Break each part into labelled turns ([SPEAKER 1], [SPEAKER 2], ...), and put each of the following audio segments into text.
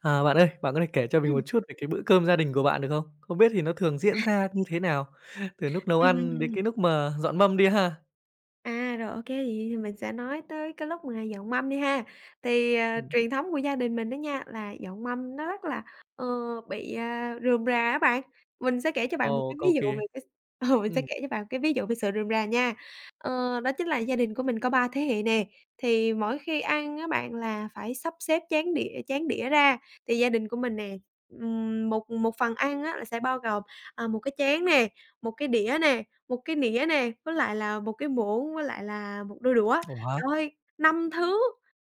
[SPEAKER 1] À, bạn ơi, bạn có thể kể cho mình
[SPEAKER 2] Ừm,
[SPEAKER 1] một chút về cái bữa cơm gia đình của bạn được không? Không biết thì nó thường diễn ra như thế nào? Từ lúc nấu ăn đến
[SPEAKER 2] ừm,
[SPEAKER 1] cái lúc mà dọn mâm đi ha?
[SPEAKER 2] Rồi, ô kê, vậy thì mình sẽ nói tới cái lúc mà dọn mâm đi ha. Thì,
[SPEAKER 1] Ừm.
[SPEAKER 2] truyền thống của gia đình mình đó nha, là dọn mâm nó rất là, ờ, bị, rườm rà á bạn. Mình sẽ kể cho bạn một
[SPEAKER 1] Ồ,
[SPEAKER 2] cái ví
[SPEAKER 1] cầu
[SPEAKER 2] dụ
[SPEAKER 1] kỳ.
[SPEAKER 2] về cái s ừ, mình sẽ
[SPEAKER 1] Ừm.
[SPEAKER 2] kể cho bạn cái ví dụ về sự rườm rà nha. Ờ, đó chính là gia đình của mình có 3 thế hệ nè, thì mỗi khi ăn á bạn là phải sắp xếp chén đĩa ra. Thì gia đình của mình nè, một một phần ăn á là sẽ bao gồm, một cái chén nè, một cái đĩa nè. Một cái nĩa nè, với lại là một cái muỗng, với lại là một đôi đũa. Trời
[SPEAKER 1] Wow,
[SPEAKER 2] ơi, 5 thứ!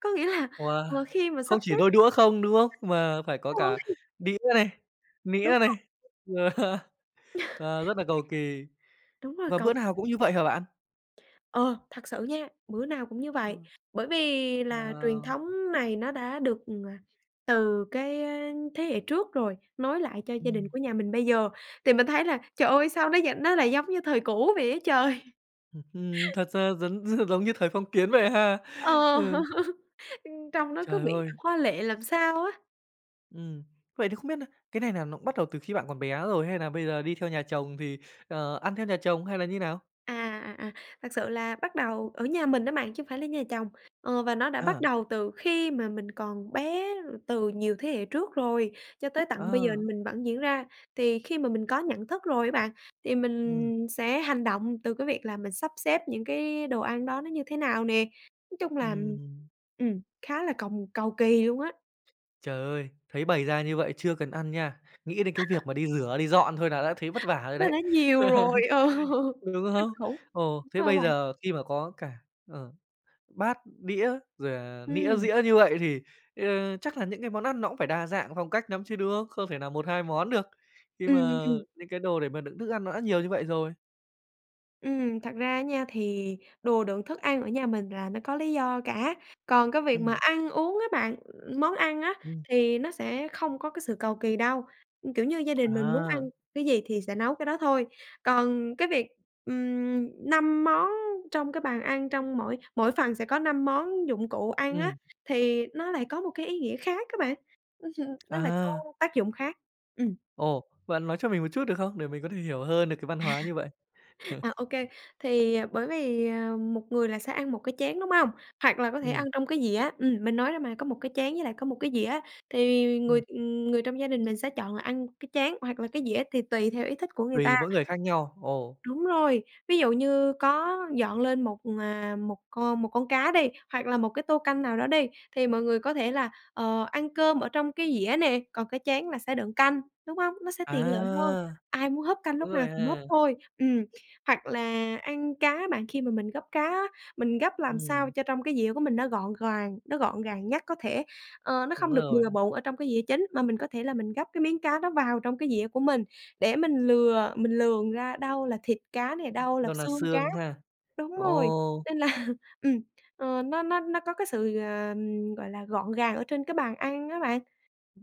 [SPEAKER 2] Có nghĩa là,
[SPEAKER 1] wow!
[SPEAKER 2] khi mà sắp
[SPEAKER 1] Không
[SPEAKER 2] xếp.
[SPEAKER 1] chỉ đôi đũa không, đúng không? Mà phải có
[SPEAKER 2] Rồi,
[SPEAKER 1] cả đĩa này,
[SPEAKER 2] đúng
[SPEAKER 1] nĩa
[SPEAKER 2] rồi,
[SPEAKER 1] này, rồi ờ, rất là cầu kỳ.
[SPEAKER 2] đúng rồi,
[SPEAKER 1] Và
[SPEAKER 2] cọc.
[SPEAKER 1] bữa nào cũng như vậy hả bạn?
[SPEAKER 2] Ờ, thật sự nha, bữa nào cũng như vậy.
[SPEAKER 1] Ừm,
[SPEAKER 2] Bởi vì là truyền
[SPEAKER 1] wow!
[SPEAKER 2] thống này nó đã được, từ cái, thế hệ trước rồi, nối lại cho gia đình
[SPEAKER 1] Ừm,
[SPEAKER 2] của nhà mình bây giờ, thì mình thấy là, trời ơi, sao nó lại giống như thời cũ vậy á trời!
[SPEAKER 1] thật ra giống giống như thời phong kiến vậy ha?
[SPEAKER 2] Ờ,
[SPEAKER 1] Ừ,
[SPEAKER 2] trông nó cứ
[SPEAKER 1] trời
[SPEAKER 2] bị
[SPEAKER 1] ơi!
[SPEAKER 2] hoa lệ làm sao á.
[SPEAKER 1] Ừm. Vậy thì không biết nà cái này nà nó cũng bắt đầu từ khi bạn còn bé rồi hay nà bây giờ đi theo nhà chồng thì, ăn theo nhà chồng hay là như nào?
[SPEAKER 2] À, à, à, thật sự là bắt đầu ở nhà mình đó bạn, chứ không phải là nhà chồng. Ờ, và nó đã bắt
[SPEAKER 1] À,
[SPEAKER 2] đầu từ khi mà mình còn bé, từ nhiều thế hệ trước rồi, cho tới tận bây giờ
[SPEAKER 1] ờ,
[SPEAKER 2] mình vẫn diễn ra. Thì khi mà mình có nhận thức rồi á bạn, thì
[SPEAKER 1] ừm.
[SPEAKER 2] mình sẽ hành động từ cái việc là mình sắp xếp những cái đồ ăn đó nó như thế nào nè. Nói chung là,
[SPEAKER 1] Ừm.
[SPEAKER 2] khá là cầu kỳ luôn á,
[SPEAKER 1] Trời ơi, thấy bày ra như vậy chưa cần ăn nha, nghĩ đến cái việc mà đi rửa, đi dọn thôi là đã thấy vất vả rồi
[SPEAKER 2] nó
[SPEAKER 1] đấy.
[SPEAKER 2] đã nhiều rồi, ừ,
[SPEAKER 1] Đúng
[SPEAKER 2] kinh
[SPEAKER 1] không?
[SPEAKER 2] khủng.
[SPEAKER 1] Ồ,
[SPEAKER 2] Đúng
[SPEAKER 1] thế
[SPEAKER 2] rồi
[SPEAKER 1] bây
[SPEAKER 2] bạn,
[SPEAKER 1] giờ khi mà có cả, ờ, bát, đĩa, rồi, nĩa,
[SPEAKER 2] ừm.
[SPEAKER 1] dĩa như vậy thì, chắc là những cái món ăn nó cũng phải đa dạng phong cách lắm chứ, đúng không? Không thể nào một 2 món được, khi
[SPEAKER 2] Ừm,
[SPEAKER 1] mà
[SPEAKER 2] ừm.
[SPEAKER 1] những cái đồ để mà đựng thức ăn nó đã nhiều như vậy rồi.
[SPEAKER 2] Thật ra nha thì đồ đựng thức ăn ở nhà mình là nó có lý do cả, còn cái việc mà
[SPEAKER 1] Ừm,
[SPEAKER 2] ăn uống á bạn, món ăn á,
[SPEAKER 1] ừm,
[SPEAKER 2] thì nó sẽ không có cái sự cầu kỳ đâu. Kiểu như, gia đình mình muốn ăn
[SPEAKER 1] à,
[SPEAKER 2] cái gì thì sẽ nấu cái đó thôi. Còn cái việc, 5 món trong cái bàn ăn, trong mỗi mỗi phần sẽ có 5 món dụng cụ ăn á,
[SPEAKER 1] ừm,
[SPEAKER 2] thì nó lại có một cái ý nghĩa khác các bạn, nó lại có
[SPEAKER 1] à,
[SPEAKER 2] tác dụng khác. Ừm.
[SPEAKER 1] ồ, bạn nói cho mình một chút được không? Để mình có thể hiểu hơn được cái văn hóa như vậy.
[SPEAKER 2] Ok. Thì, bởi vì, một người là sẽ ăn một cái chén, đúng không? Hoặc là có thể
[SPEAKER 1] Ừm,
[SPEAKER 2] ăn trong cái dĩa. Mình nói ra mà, có một cái chén với lại có một cái dĩa, thì người,
[SPEAKER 1] ừm,
[SPEAKER 2] người trong gia đình mình sẽ chọn là ăn cái chén hoặc là cái dĩa thì tùy theo ý thích của người ta.
[SPEAKER 1] tùy mỗi người khác nhau, ồ,
[SPEAKER 2] Đúng rồi, ví dụ như có dọn lên một, một con cá đi, hoặc là một cái tô canh nào đó đi, thì mọi người có thể là, ăn cơm ở trong cái dĩa nè, còn cái chén là sẽ đựng canh, đúng hông? Nó sẽ tiện lợi hơn,
[SPEAKER 1] à,
[SPEAKER 2] ai muốn húp canh
[SPEAKER 1] đúng
[SPEAKER 2] lúc nào
[SPEAKER 1] rồi
[SPEAKER 2] thì húp
[SPEAKER 1] ha,
[SPEAKER 2] thôi. Hoặc là ăn cá bạn, khi mà mình gấp cá á, mình gấp làm sao
[SPEAKER 1] ừm,
[SPEAKER 2] cho trong cái dĩa của mình nó gọn gàng nhất có thể, nó
[SPEAKER 1] đúng
[SPEAKER 2] không được
[SPEAKER 1] rồi,
[SPEAKER 2] bừa bộn ở trong cái dĩa chính, mà mình có thể là mình gấp cái miếng cá đó vào trong cái dĩa của mình. Để mình lường ra đâu là thịt cá này, đâu là
[SPEAKER 1] đâu là
[SPEAKER 2] xương cá,
[SPEAKER 1] xương ha,
[SPEAKER 2] đúng rồi,
[SPEAKER 1] ồ,
[SPEAKER 2] nên là, ừm, nó có cái sự, gọi là, gọn gàng ở trên cái bàn ăn á bạn.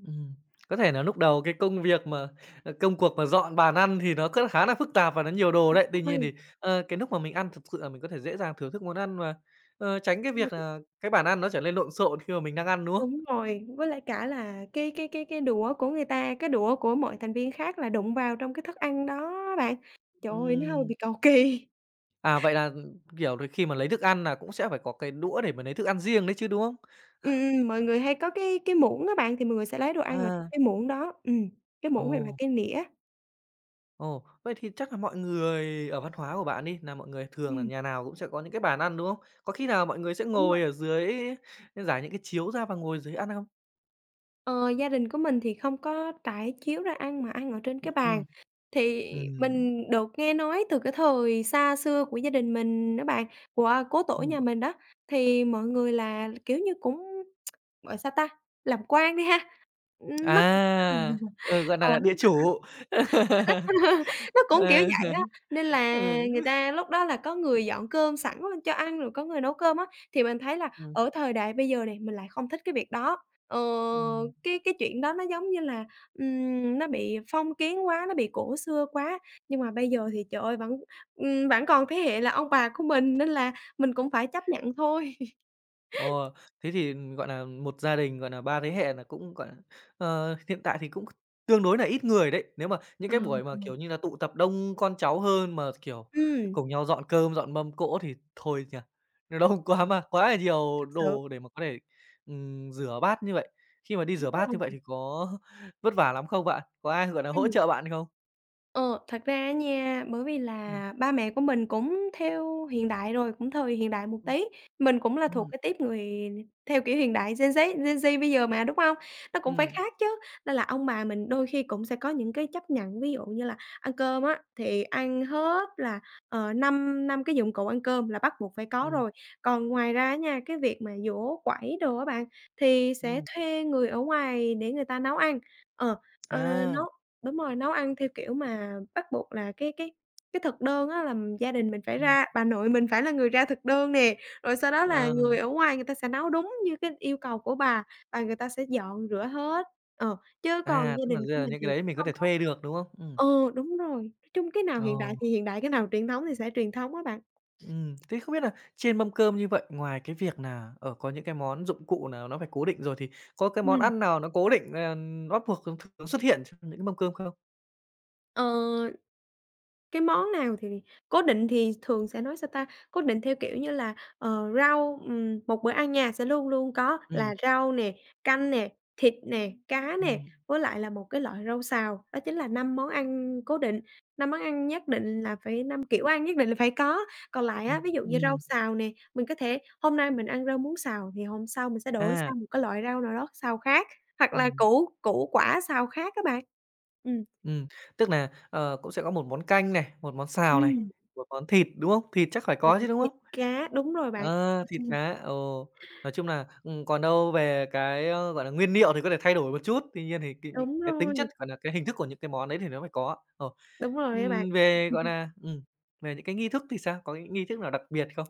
[SPEAKER 1] ừm. Có thể là lúc đầu cái công việc mà, công cuộc mà dọn bàn ăn thì nó cứ khá là phức tạp và nó nhiều đồ đấy. Tuy nhiên
[SPEAKER 2] Ôi,
[SPEAKER 1] thì, cái lúc mà mình ăn thực sự là mình có thể dễ dàng thưởng thức món ăn mà, tránh cái
[SPEAKER 2] sao
[SPEAKER 1] việc
[SPEAKER 2] ch
[SPEAKER 1] là cái bàn ăn nó trở nên lộn xộn khi mà mình đang ăn, đúng không?
[SPEAKER 2] đúng rồi, với lại cả là cái đũa của người ta, cái đũa của mọi thành viên khác là đụng vào trong cái thức ăn đó á bạn. Trời ơi, nó hơi
[SPEAKER 1] Ừm.
[SPEAKER 2] bị cầu kỳ.
[SPEAKER 1] À, vậy là, kiểu, rồi khi mà lấy thức ăn là cũng sẽ phải có cái đũa để mà lấy thức ăn riêng đấy chứ, đúng không?
[SPEAKER 2] Ừm, mọi người hay có cái muỗng á bạn, thì mọi người sẽ lấy đồ ăn ở trong
[SPEAKER 1] À.
[SPEAKER 2] cái muỗng đó, cái muỗng hoặc là
[SPEAKER 1] Ồ,
[SPEAKER 2] cái nĩa.
[SPEAKER 1] ồ, vậy thì chắc là mọi người ở văn hóa của bạn đi, là mọi người thường là
[SPEAKER 2] Ừm,
[SPEAKER 1] nhà nào cũng sẽ có những cái bàn ăn, đúng không? Có khi nào mọi người sẽ
[SPEAKER 2] đúng rồi.
[SPEAKER 1] ngồi ở dưới giải những cái chiếu ra và ngồi dưới ăn không?
[SPEAKER 2] Ờ, gia đình của mình thì không có trải chiếu ra ăn mà ăn ở trên cái bàn.
[SPEAKER 1] Ừm.
[SPEAKER 2] Thì
[SPEAKER 1] Ừm,
[SPEAKER 2] mình được nghe nói từ cái thời xa xưa của gia đình mình đó bạn, của cố tổ
[SPEAKER 1] ừm.
[SPEAKER 2] nhà mình đó, thì mọi người là, kiểu như, cũng, gọi sao ta, làm quan đi ha, nó cũng
[SPEAKER 1] À, ừ, gọi
[SPEAKER 2] ờ,
[SPEAKER 1] là địa chủ.
[SPEAKER 2] nó cũng kiểu
[SPEAKER 1] Ờ,
[SPEAKER 2] vậy á, nên là
[SPEAKER 1] ừ,
[SPEAKER 2] người ta lúc đó là có người dọn cơm sẵn lên cho ăn, rồi có người nấu cơm á, thì mình thấy là
[SPEAKER 1] ừm,
[SPEAKER 2] ở thời đại bây giờ này mình lại không thích cái việc đó. Ờ,
[SPEAKER 1] ừm.
[SPEAKER 2] cái chuyện đó nó giống như là, nó bị phong kiến quá, nó bị cổ xưa quá, nhưng mà bây giờ thì, trời ơi, vẫn, vẫn còn thế hệ là ông bà của mình nên là mình cũng phải chấp nhận thôi.
[SPEAKER 1] Ồ, thế thì, gọi là một gia đình, gọi là 3 thế hệ là cũng, gọi là, hiện tại thì cũng tương đối là ít người đấy. Nếu mà những
[SPEAKER 2] Ờ,
[SPEAKER 1] cái buổi mà, kiểu như là, tụ tập đông con cháu hơn mà, kiểu,
[SPEAKER 2] ừm,
[SPEAKER 1] cùng nhau dọn cơm, dọn mâm cỗ thì thôi nhỉ, nó đông
[SPEAKER 2] Ờ,
[SPEAKER 1] quá
[SPEAKER 2] ờ,
[SPEAKER 1] mà, quá là nhiều
[SPEAKER 2] sự.
[SPEAKER 1] đồ để mà có thể, rửa bát như vậy. Khi mà đi
[SPEAKER 2] Đúng
[SPEAKER 1] rửa bát như vậy
[SPEAKER 2] rồi,
[SPEAKER 1] thì có vất vả lắm không bạn? Có ai, gọi là hỗ
[SPEAKER 2] ừm.
[SPEAKER 1] trợ bạn không?
[SPEAKER 2] Ờ, thật ra á nha, bởi vì
[SPEAKER 1] Ừm,
[SPEAKER 2] là ba mẹ của mình cũng theo hiện đại rồi, cũng thời hiện đại một
[SPEAKER 1] ừm,
[SPEAKER 2] tí. Mình cũng là thuộc
[SPEAKER 1] ừm,
[SPEAKER 2] cái tuýp người theo kiểu hiện đại Gen Z bây giờ mà, đúng không? Nó cũng phải
[SPEAKER 1] ừm,
[SPEAKER 2] khác chứ, nên là ông bà mình đôi khi cũng sẽ có những cái chấp nhận, ví dụ như là ăn cơm á, thì ăn hết là, 5 cái dụng cụ ăn cơm là bắt buộc phải có
[SPEAKER 1] ừm,
[SPEAKER 2] rồi. Còn ngoài ra nha, cái việc mà giỗ quẩy đồ á bạn, thì sẽ
[SPEAKER 1] ừm,
[SPEAKER 2] thuê người ở ngoài để người ta nấu ăn. Ờ, ờ,
[SPEAKER 1] à,
[SPEAKER 2] Đúng rồi, nấu ăn theo kiểu mà bắt buộc là cái thực đơn á là gia đình mình phải
[SPEAKER 1] ừm,
[SPEAKER 2] ra, bà nội mình phải là người ra thực đơn nè, rồi sau đó là
[SPEAKER 1] ờ,
[SPEAKER 2] người ở ngoài người ta sẽ nấu đúng như cái yêu cầu của bà và người ta sẽ dọn rửa hết. Ờ, chứ còn
[SPEAKER 1] à,
[SPEAKER 2] gia
[SPEAKER 1] tức là
[SPEAKER 2] đình
[SPEAKER 1] bây
[SPEAKER 2] của
[SPEAKER 1] giờ là
[SPEAKER 2] mình
[SPEAKER 1] những
[SPEAKER 2] thì
[SPEAKER 1] cái đấy
[SPEAKER 2] cũng
[SPEAKER 1] mình có
[SPEAKER 2] không
[SPEAKER 1] thể
[SPEAKER 2] có.
[SPEAKER 1] thuê được, đúng không? Ừm.
[SPEAKER 2] Ừ, đúng rồi, nói chung cái nào hiện đại
[SPEAKER 1] Ồ,
[SPEAKER 2] thì hiện đại, cái nào truyền thống thì sẽ truyền thống á bạn.
[SPEAKER 1] thế không biết là trên mâm cơm như vậy, ngoài cái việc nà, ở có những cái món dụng cụ nào nó phải cố định rồi, thì có cái món
[SPEAKER 2] Ừm.
[SPEAKER 1] ăn nào nó cố định, bắt buộc thường thường xuất hiện trong những cái mâm cơm không?
[SPEAKER 2] Ờ. Cái món nào thì cố định thì thường sẽ nói, sao ta, cố định theo kiểu như là, rau, một bữa ăn nhà sẽ luôn luôn có
[SPEAKER 1] Ừm,
[SPEAKER 2] là rau nè, canh nè, thịt nè, cá nè,
[SPEAKER 1] ừm,
[SPEAKER 2] với lại là một cái loại rau xào, đó chính là 5 món ăn cố định, 5 kiểu ăn nhất định là phải có. Còn lại á,
[SPEAKER 1] ừm,
[SPEAKER 2] ví dụ như rau
[SPEAKER 1] ừm,
[SPEAKER 2] xào nè, mình có thể hôm nay mình ăn rau muống xào thì hôm sau mình sẽ đổi
[SPEAKER 1] à,
[SPEAKER 2] sang một cái loại rau nào đó xào khác, hoặc là
[SPEAKER 1] ừm,
[SPEAKER 2] củ củ quả xào khác các bạn. Ừm.
[SPEAKER 1] ừm, tức nà, cũng sẽ có một món canh này, một món xào này,
[SPEAKER 2] Ừm.
[SPEAKER 1] một món thịt, đúng không? Thịt chắc phải
[SPEAKER 2] một
[SPEAKER 1] có chứ, đúng
[SPEAKER 2] Thịt,
[SPEAKER 1] không?
[SPEAKER 2] cá đúng rồi bạn.
[SPEAKER 1] Ờ, thịt cá, ồ. Nói chung là, còn đâu về cái, ơ, gọi là, nguyên liệu thì có thể thay đổi một chút, tuy nhiên thì cái những
[SPEAKER 2] Đúng
[SPEAKER 1] cái tính chất,
[SPEAKER 2] rồi,
[SPEAKER 1] gọi là, cái hình thức của những cái món đấy thì nó phải có. Ờ,
[SPEAKER 2] đúng rồi á bạn.
[SPEAKER 1] về, gọi là về những cái nghi thức thì sao? Có những nghi thức nào đặc biệt không?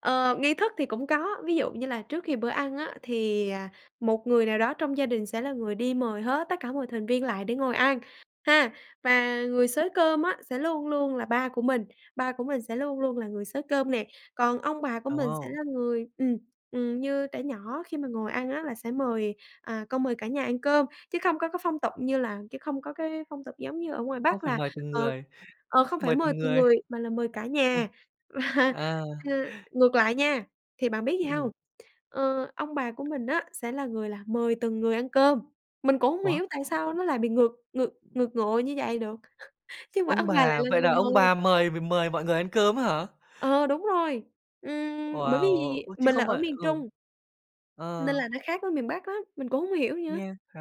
[SPEAKER 2] Ờ, nghi thức thì cũng có, ví dụ như là trước khi bữa ăn á, thì, một người nào đó trong gia đình sẽ là người đi mời hết tất cả mọi thành viên lại để ngồi ăn, ha. Và người xới cơm á, sẽ luôn luôn là ba của mình sẽ luôn luôn là người xới cơm nè, còn ông bà của mình sẽ
[SPEAKER 1] Ồ,
[SPEAKER 2] là người như trẻ nhỏ khi mà ngồi ăn á, là sẽ mời, con mời cả nhà ăn cơm, chứ không có cái phong tục giống như ở ngoài
[SPEAKER 1] không
[SPEAKER 2] Bắc
[SPEAKER 1] phải
[SPEAKER 2] là,
[SPEAKER 1] mời từng
[SPEAKER 2] ờ
[SPEAKER 1] người,
[SPEAKER 2] Ờ, không phải
[SPEAKER 1] mời
[SPEAKER 2] mời
[SPEAKER 1] từng
[SPEAKER 2] từng
[SPEAKER 1] người.
[SPEAKER 2] người mà là mời cả nhà. Và,
[SPEAKER 1] À,
[SPEAKER 2] ừ, ngược lại nha, thì bạn biết gì
[SPEAKER 1] ừm.
[SPEAKER 2] hông? Ờ, ông bà của mình á, sẽ là người là mời từng người ăn cơm. Mình cũng hông
[SPEAKER 1] Ủa,
[SPEAKER 2] hiểu tại sao nó lại bị ngược ngược ngược ngộ như vậy được, chứ mà
[SPEAKER 1] ông
[SPEAKER 2] ông bà lại
[SPEAKER 1] bà
[SPEAKER 2] là
[SPEAKER 1] vậy
[SPEAKER 2] người
[SPEAKER 1] là ông
[SPEAKER 2] mời.
[SPEAKER 1] bà mời mời mọi người ăn cơm á hả?
[SPEAKER 2] Ờ, đúng rồi. Bởi vì
[SPEAKER 1] Wow! Ơ, chứ
[SPEAKER 2] mình là
[SPEAKER 1] không
[SPEAKER 2] ở
[SPEAKER 1] phải
[SPEAKER 2] miền
[SPEAKER 1] ừ.
[SPEAKER 2] Trung, nên
[SPEAKER 1] Ờ,
[SPEAKER 2] là nó khác với miền Bắc lắm, mình cũng hông hiểu nữa.
[SPEAKER 1] nghe khá.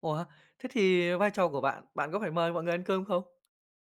[SPEAKER 1] Ủa, thế thì vai trò của bạn, bạn có phải mời mọi người ăn cơm không?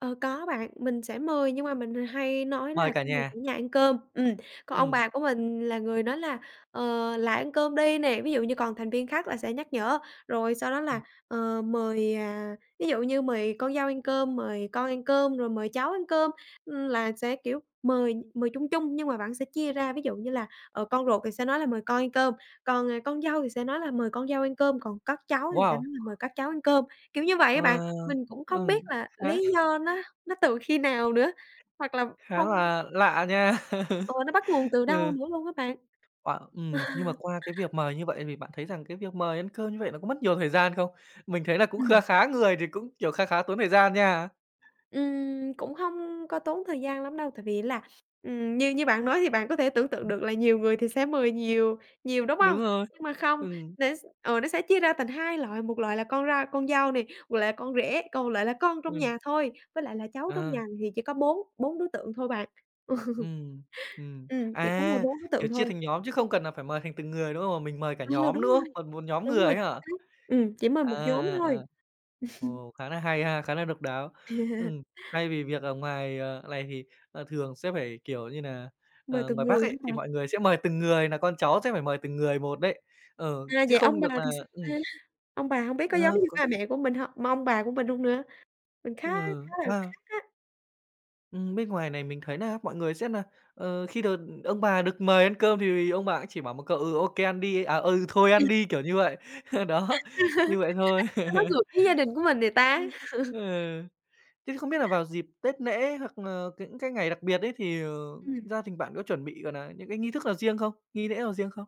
[SPEAKER 2] Ờ, có bạn, mình sẽ mời nhưng mà mình hay nói
[SPEAKER 1] Mời
[SPEAKER 2] là
[SPEAKER 1] cả
[SPEAKER 2] "Mời cả
[SPEAKER 1] nhà?
[SPEAKER 2] nhà ăn cơm." Còn ông
[SPEAKER 1] Ừm.
[SPEAKER 2] bà của mình là người nói là, "Lại ăn cơm đi" nè, ví dụ như còn thành viên khác là sẽ nhắc nhở, rồi sau đó là,
[SPEAKER 1] Ừm.
[SPEAKER 2] mời, ví dụ như mời con dâu ăn cơm, mời con ăn cơm, rồi mời cháu ăn cơm, là sẽ, kiểu, mời mời chung chung nhưng mà bạn sẽ chia ra. Ví dụ như là, con ruột thì sẽ nói là "Mời con ăn cơm", còn, con dâu thì sẽ nói là "Mời con dâu ăn cơm", còn các cháu thì sẽ
[SPEAKER 1] Wow!
[SPEAKER 2] nói là "Mời các cháu ăn cơm", kiểu như vậy các
[SPEAKER 1] Ờ,
[SPEAKER 2] bạn. Mình cũng không
[SPEAKER 1] ừm,
[SPEAKER 2] biết là
[SPEAKER 1] khá
[SPEAKER 2] lý do nó từ khi nào nữa, hoặc là
[SPEAKER 1] khá
[SPEAKER 2] phong
[SPEAKER 1] là lạ nha.
[SPEAKER 2] ờ, nó bắt nguồn từ đâu
[SPEAKER 1] Ừ,
[SPEAKER 2] nữa luôn á bạn.
[SPEAKER 1] oà
[SPEAKER 2] Ừm.
[SPEAKER 1] nhưng mà qua cái việc mời như vậy thì bạn thấy rằng cái việc mời ăn cơm như vậy nó có mất nhiều thời gian không? Mình thấy là cũng kha khá người thì cũng, kiểu, kha khá tốn thời gian nha.
[SPEAKER 2] Cũng hông có tốn thời gian lắm đâu, tại vì là, như như bạn nói thì bạn có thể tưởng tượng được là nhiều người thì sẽ mời nhiều nhiều, đúng hông?
[SPEAKER 1] Đúng rồi,
[SPEAKER 2] Nhưng mà không,
[SPEAKER 1] ừm,
[SPEAKER 2] nó sẽ chia ra thành 2 loại, một loại là con ra con dâu nè, một loại là con rể, còn một loại là con trong
[SPEAKER 1] ừm,
[SPEAKER 2] nhà thôi, với lại là cháu trong
[SPEAKER 1] à,
[SPEAKER 2] nhà thì chỉ có 4 4 đối tượng thôi bạn. Ừ,
[SPEAKER 1] ừm, ừm.
[SPEAKER 2] chỉ có mời
[SPEAKER 1] À,
[SPEAKER 2] 4 đối tượng
[SPEAKER 1] kiểu, chia
[SPEAKER 2] thôi.
[SPEAKER 1] thành nhóm chứ không cần là phải mời thành từng người, đúng không? Mà mình mời cả
[SPEAKER 2] Ờ,
[SPEAKER 1] nhóm
[SPEAKER 2] đúng
[SPEAKER 1] nữa,
[SPEAKER 2] rồi.
[SPEAKER 1] còn một nhóm
[SPEAKER 2] Đúng
[SPEAKER 1] người
[SPEAKER 2] rồi,
[SPEAKER 1] ấy
[SPEAKER 2] chính
[SPEAKER 1] hả?
[SPEAKER 2] xác. Chỉ mời
[SPEAKER 1] À,
[SPEAKER 2] một nhóm
[SPEAKER 1] à, à.
[SPEAKER 2] thôi.
[SPEAKER 1] Ồ, khá là hay ha, khá là độc đáo. Ừm, thay vì việc ở ngoài, này thì, thường sẽ phải, kiểu như nà,
[SPEAKER 2] Mời từng
[SPEAKER 1] ngoài Bắc
[SPEAKER 2] người hả
[SPEAKER 1] ấy, thì
[SPEAKER 2] bạn?
[SPEAKER 1] mọi người sẽ mời từng người nà con cháu sẽ phải mời từng người một đấy. Ờ,
[SPEAKER 2] À,
[SPEAKER 1] chứ
[SPEAKER 2] vậy ông
[SPEAKER 1] không được
[SPEAKER 2] bà
[SPEAKER 1] là
[SPEAKER 2] thì sao
[SPEAKER 1] ừm,
[SPEAKER 2] ta? Ông bà hông biết có giống
[SPEAKER 1] ờ,
[SPEAKER 2] như
[SPEAKER 1] có
[SPEAKER 2] ba mẹ của mình hông? Mà ông bà của mình hông nữa? Mình khá
[SPEAKER 1] ừ,
[SPEAKER 2] khá là
[SPEAKER 1] à,
[SPEAKER 2] khác á.
[SPEAKER 1] bên ngoài này mình thấy nà mọi người sẽ nà, khi được ông bà được mời ăn cơm thì ông bà cũng chỉ bảo một câu: "Ừ, ô kê, ăn đi." À, "Ừ, thôi ăn đi", kiểu như vậy. Đó, như vậy thôi.
[SPEAKER 2] Sao nó ngược với gia đình của mình vậy ta?
[SPEAKER 1] Ừ. Thế thì không biết là vào dịp Tết lễ hoặc là những cái ngày đặc biệt ấy thì,
[SPEAKER 2] Ừm.
[SPEAKER 1] gia đình bạn có chuẩn bị, gọi là những cái nghi thức nào riêng không? Nghi lễ nào riêng không?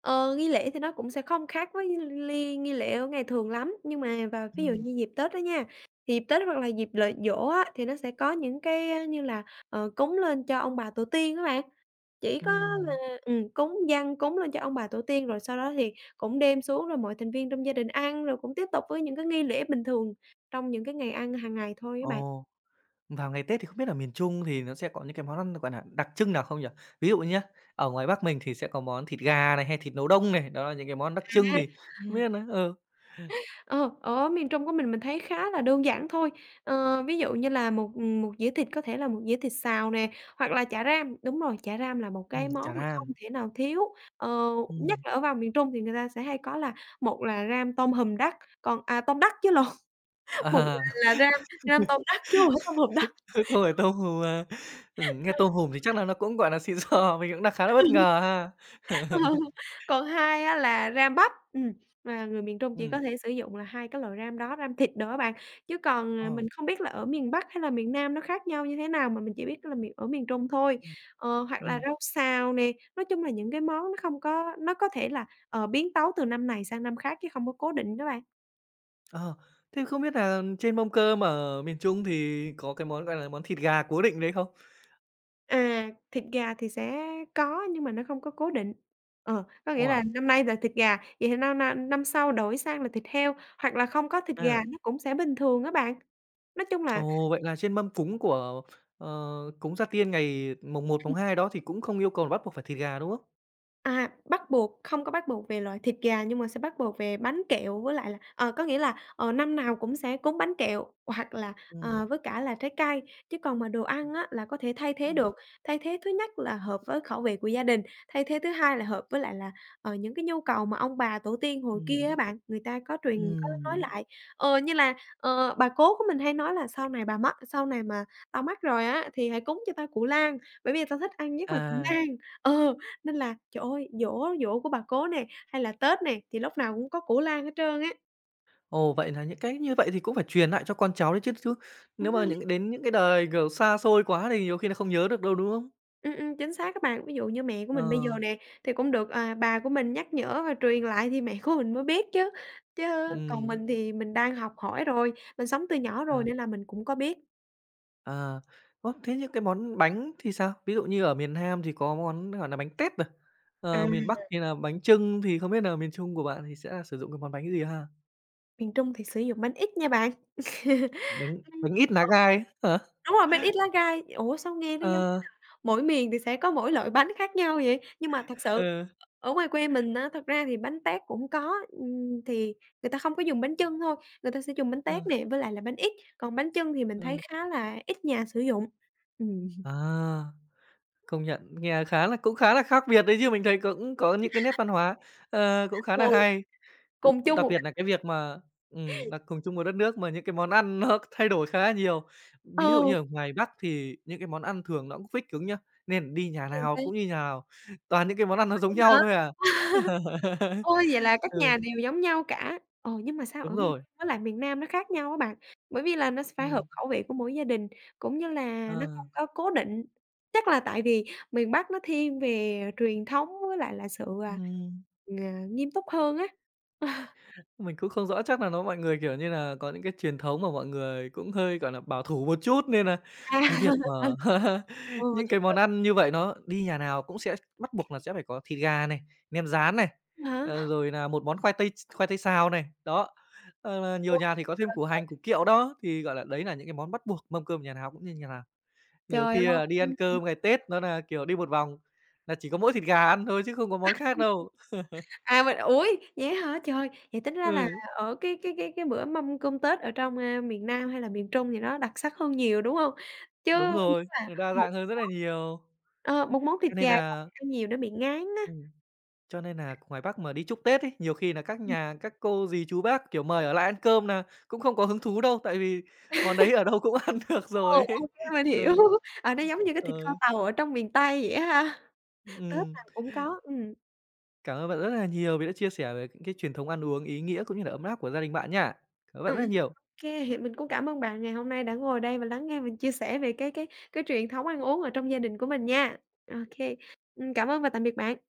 [SPEAKER 2] Ờ, nghi lễ thì nó cũng sẽ không khác với nghi lễ ở ngày thường lắm, nhưng mà vào ví dụ
[SPEAKER 1] Ừm,
[SPEAKER 2] như dịp Tết đó nha, thì dịp Tết hoặc là dịp lễ giỗ á, thì nó sẽ có những cái, như là, cúng lên cho ông bà tổ tiên các bạn. Chỉ có là
[SPEAKER 1] ừm.
[SPEAKER 2] cúng dâng, cúng lên cho ông bà tổ tiên, rồi sau đó thì cũng đem xuống rồi mọi thành viên trong gia đình ăn, rồi cũng tiếp tục với những cái nghi lễ bình thường trong những cái ngày ăn hàng ngày thôi các bạn.
[SPEAKER 1] Ồ, vào ngày Tết thì không biết là miền Trung thì nó sẽ có những cái món ăn, gọi là đặc trưng nào không nhỉ? Ví dụ nhá, ở ngoài Bắc mình thì sẽ có món thịt gà này, hay thịt nấu đông này, đó là những cái món đặc trưng thì không
[SPEAKER 2] À.
[SPEAKER 1] biết nữa, ờ,
[SPEAKER 2] Ờ, ở miền Trung của mình thấy khá là đơn giản thôi. Ví dụ như là một dĩa thịt có thể là một dĩa thịt xào nè, hoặc là chả ram. Đúng rồi, chả ram là một cái
[SPEAKER 1] chả
[SPEAKER 2] món mà không
[SPEAKER 1] ram.
[SPEAKER 2] thể nào thiếu. Ờ, nhất
[SPEAKER 1] Ừm.
[SPEAKER 2] là ở vào miền Trung thì người ta sẽ hay có là một là ram tôm hùm đất, còn tôm đất chứ lộn. Một
[SPEAKER 1] À,
[SPEAKER 2] là ram ram tôm đất chứ hông phải tôm hùm đất.
[SPEAKER 1] rồi tôm hùm, à, nghe tôm hùm thì chắc là nó cũng, gọi là xịn sò, mình cũng đang khá là bất ngờ ha.
[SPEAKER 2] Ờ, còn hai á là ram bắp, mà người miền Trung chỉ có
[SPEAKER 1] Ừm,
[SPEAKER 2] thể sử dụng là hai cái loại ram đó, ram thịt đồ á bạn. Chứ còn,
[SPEAKER 1] ờ.
[SPEAKER 2] mình không biết là ở miền Bắc hay là miền Nam nó khác nhau như thế nào, mà mình chỉ biết là miền ở miền Trung thôi. Hoặc là
[SPEAKER 1] Ừm,
[SPEAKER 2] rau xào nè, nói chung là những cái món nó không có nó có thể là, biến tấu từ năm này sang năm khác chứ không có cố định đó bạn.
[SPEAKER 1] ờ, thế không biết nà trên mâm cơm ở miền Trung thì có cái món, gọi là, món thịt gà cố định đấy không?
[SPEAKER 2] À, thịt gà thì sẽ có nhưng mà nó không có cố định. Có nghĩa là
[SPEAKER 1] Ủa?
[SPEAKER 2] năm nay là thịt gà, vậy thì năm năm năm sau đổi sang là thịt heo, hoặc là không có thịt gà
[SPEAKER 1] À.
[SPEAKER 2] nó cũng sẽ bình thường á bạn. Nói chung là
[SPEAKER 1] Ồ, vậy là trên mâm cúng của, ờ, cúng Gia Tiên ngày mồng một, mồng 2 đó thì cũng không yêu cầu là bắt buộc phải thịt gà, đúng không?
[SPEAKER 2] à, bắt buộc không có bắt buộc về loại thịt gà nhưng mà sẽ bắt buộc về bánh kẹo với lại là có nghĩa là, năm nào cũng sẽ cúng bánh kẹo hoặc là,
[SPEAKER 1] Ừm.
[SPEAKER 2] với cả là trái cây. Chứ còn mà đồ ăn á là có thể thay thế
[SPEAKER 1] Ừm,
[SPEAKER 2] được, thay thế thứ nhất là hợp với khẩu vị của gia đình, thay thế thứ hai là hợp với lại là, những cái nhu cầu mà ông bà tổ tiên hồi kia á
[SPEAKER 1] ừm,
[SPEAKER 2] bạn, người ta có truyền có nói
[SPEAKER 1] ừm.
[SPEAKER 2] lại. Như là, bà cố của mình hay nói là "Sau này bà mất sau này mà tao mất rồi á thì hãy cúng cho tao củ lan, bởi vì tao thích ăn nhất là củ
[SPEAKER 1] À,
[SPEAKER 2] lan." Ờ. Nên là, trời ơi, giỗ giỗ của bà cố nè, hay là Tết nè, thì lúc nào cũng có củ lan hết trơn á.
[SPEAKER 1] ồ, vậy nà những cái như vậy thì cũng phải truyền nại cho con cháu đấy chứ, chứ
[SPEAKER 2] Đúng
[SPEAKER 1] nếu mà
[SPEAKER 2] rồi.
[SPEAKER 1] những đến những cái đời, kiểu, xa xôi quá thì nhiều khi nà không nhớ được đâu, đúng không?
[SPEAKER 2] Chính xác các bạn. Ví dụ như mẹ của
[SPEAKER 1] Ờ,
[SPEAKER 2] mình bây giờ nè, thì cũng được, bà của mình nhắc nhở và truyền lại thì mẹ của mình mới biết chứ. Chứ còn
[SPEAKER 1] ừm,
[SPEAKER 2] mình thì mình đang học hỏi rồi, mình sống từ nhỏ rồi
[SPEAKER 1] à.
[SPEAKER 2] nên là mình cũng có biết.
[SPEAKER 1] À, ơ, thế những cái món bánh thì sao? Ví dụ như ở miền Nam thì có món, gọi là bánh tét này,
[SPEAKER 2] À,
[SPEAKER 1] miền Bắc thì là bánh chưng, thì không biết nà miền Trung của bạn thì sẽ là sử dụng cái món bánh gì ha?
[SPEAKER 2] miền Trung thì sử dụng bánh ít nha bạn.
[SPEAKER 1] Bánh
[SPEAKER 2] Ừm.
[SPEAKER 1] Bánh ít lá
[SPEAKER 2] Ờ.
[SPEAKER 1] gai ấy hả?
[SPEAKER 2] Đúng rồi, bánh ít lá gai. Ủa, sao nghe nó giống
[SPEAKER 1] Ờ,
[SPEAKER 2] mỗi miền thì sẽ có mỗi loại bánh khác nhau vậy, nhưng mà thật sự
[SPEAKER 1] ừ,
[SPEAKER 2] ở ngoài quê mình á, thật ra thì bánh tét cũng có, thì người ta không có dùng bánh chưng thôi, người ta sẽ dùng bánh
[SPEAKER 1] ờ,
[SPEAKER 2] tét nè, với lại là bánh ít, còn bánh chưng thì mình
[SPEAKER 1] ờ.
[SPEAKER 2] thấy khá là ít nhà sử dụng. Ừm.
[SPEAKER 1] À, công nhận nghe khá là cũng khá là khác biệt đấy chứ, mình thấy cũng có những cái nét văn hóa, cũng khá
[SPEAKER 2] Ừ,
[SPEAKER 1] là hay.
[SPEAKER 2] cùng chung
[SPEAKER 1] Đặc
[SPEAKER 2] một
[SPEAKER 1] biệt nà cái việc mà là cùng chung một đất nước mà những cái món ăn nó thay đổi khá là nhiều. Ví dụ
[SPEAKER 2] ừ,
[SPEAKER 1] như ở ngoài Bắc thì những cái món ăn thường nó cũng fix cứng nhá, nên đi nhà nào
[SPEAKER 2] vậy
[SPEAKER 1] cũng như nhà nào, toàn những cái món ăn nó giống nhau
[SPEAKER 2] hả?
[SPEAKER 1] thôi à.
[SPEAKER 2] Ôi, vậy là các
[SPEAKER 1] Ừ,
[SPEAKER 2] nhà đều giống nhau cả. Ồ, nhưng mà sao
[SPEAKER 1] đúng
[SPEAKER 2] ở miền
[SPEAKER 1] rồi.
[SPEAKER 2] Trung với lại miền Nam nó khác nhau á bạn? Bởi vì là nó sẽ phải hợp
[SPEAKER 1] Ừm,
[SPEAKER 2] khẩu vị của mỗi gia đình, cũng như là nó không
[SPEAKER 1] ờ,
[SPEAKER 2] có cố định. Chắc là tại vì miền Bắc nó thiên về truyền thống với lại là sự,
[SPEAKER 1] ừm.
[SPEAKER 2] ờ, nghiêm túc hơn á.
[SPEAKER 1] Mình cũng không rõ, chắc là nó mọi người, kiểu như là có những cái truyền thống mà mọi người cũng hơi, gọi là bảo thủ một chút nên là cái việc
[SPEAKER 2] À.
[SPEAKER 1] mà
[SPEAKER 2] Ừ,
[SPEAKER 1] những
[SPEAKER 2] vậy
[SPEAKER 1] cái
[SPEAKER 2] hả?
[SPEAKER 1] món ăn như vậy nó đi nhà nào cũng sẽ bắt buộc là sẽ phải có thịt gà này, nem rán này,
[SPEAKER 2] Hả?
[SPEAKER 1] rồi là một món khoai tây xào này, đó. Ờ, là nhiều
[SPEAKER 2] Ủa,
[SPEAKER 1] nhà thì có thêm củ hành, củ kiệu đó, thì, gọi là, đấy là những cái món bắt buộc mâm cơm nhà nào cũng như nhà nào. Nhiều
[SPEAKER 2] trời
[SPEAKER 1] khi, à, đi ăn
[SPEAKER 2] ơi!
[SPEAKER 1] cơm ngày Tết nó là kiểu, đi một vòng là chỉ có mỗi thịt gà ăn thôi chứ không có món khác đâu.
[SPEAKER 2] À, mình ủi, vậy hả? Trời, vậy tính ra là
[SPEAKER 1] Ừ,
[SPEAKER 2] ở cái bữa mâm cơm Tết ở trong, miền Nam hay là miền Trung thì nó đặc sắc hơn nhiều, đúng hông? Chứ
[SPEAKER 1] đúng
[SPEAKER 2] ừm, nếu
[SPEAKER 1] rồi,
[SPEAKER 2] mà
[SPEAKER 1] đa
[SPEAKER 2] một
[SPEAKER 1] dạng hơn rất là nhiều.
[SPEAKER 2] ờ, một món thịt
[SPEAKER 1] Cho nên
[SPEAKER 2] gà không
[SPEAKER 1] là
[SPEAKER 2] thì ăn nhiều nó bị ngán á.
[SPEAKER 1] ừm, cho nên là ngoài Bắc mà đi chúc Tết ấy, nhiều khi là các
[SPEAKER 2] Ừm.
[SPEAKER 1] nhà các cô dì chú bác, kiểu, mời ở lại ăn cơm là cũng không có hứng thú đâu, tại vì món đấy ở đâu cũng ăn được
[SPEAKER 2] Ờ,
[SPEAKER 1] rồi ấy.
[SPEAKER 2] ô kê, mình hiểu.
[SPEAKER 1] Ừ,
[SPEAKER 2] Nó giống như cái
[SPEAKER 1] ờ,
[SPEAKER 2] thịt kho tàu ở trong miền Tây vậy á ha, Tết
[SPEAKER 1] ừm.
[SPEAKER 2] nào cũng có. Ừm.
[SPEAKER 1] Cảm ơn bạn rất là nhiều vì đã chia sẻ về những cái truyền thống ăn uống ý nghĩa cũng như là ấm áp của gia đình bạn nha. Cảm ơn bạn rất là
[SPEAKER 2] Ô
[SPEAKER 1] nhiều.
[SPEAKER 2] kê, thì mình cũng cảm ơn bạn ngày hôm nay đã ngồi đây và lắng nghe mình chia sẻ về cái truyền thống ăn uống ở trong gia đình của mình nha. Ô kê, cảm ơn và tạm biệt bạn.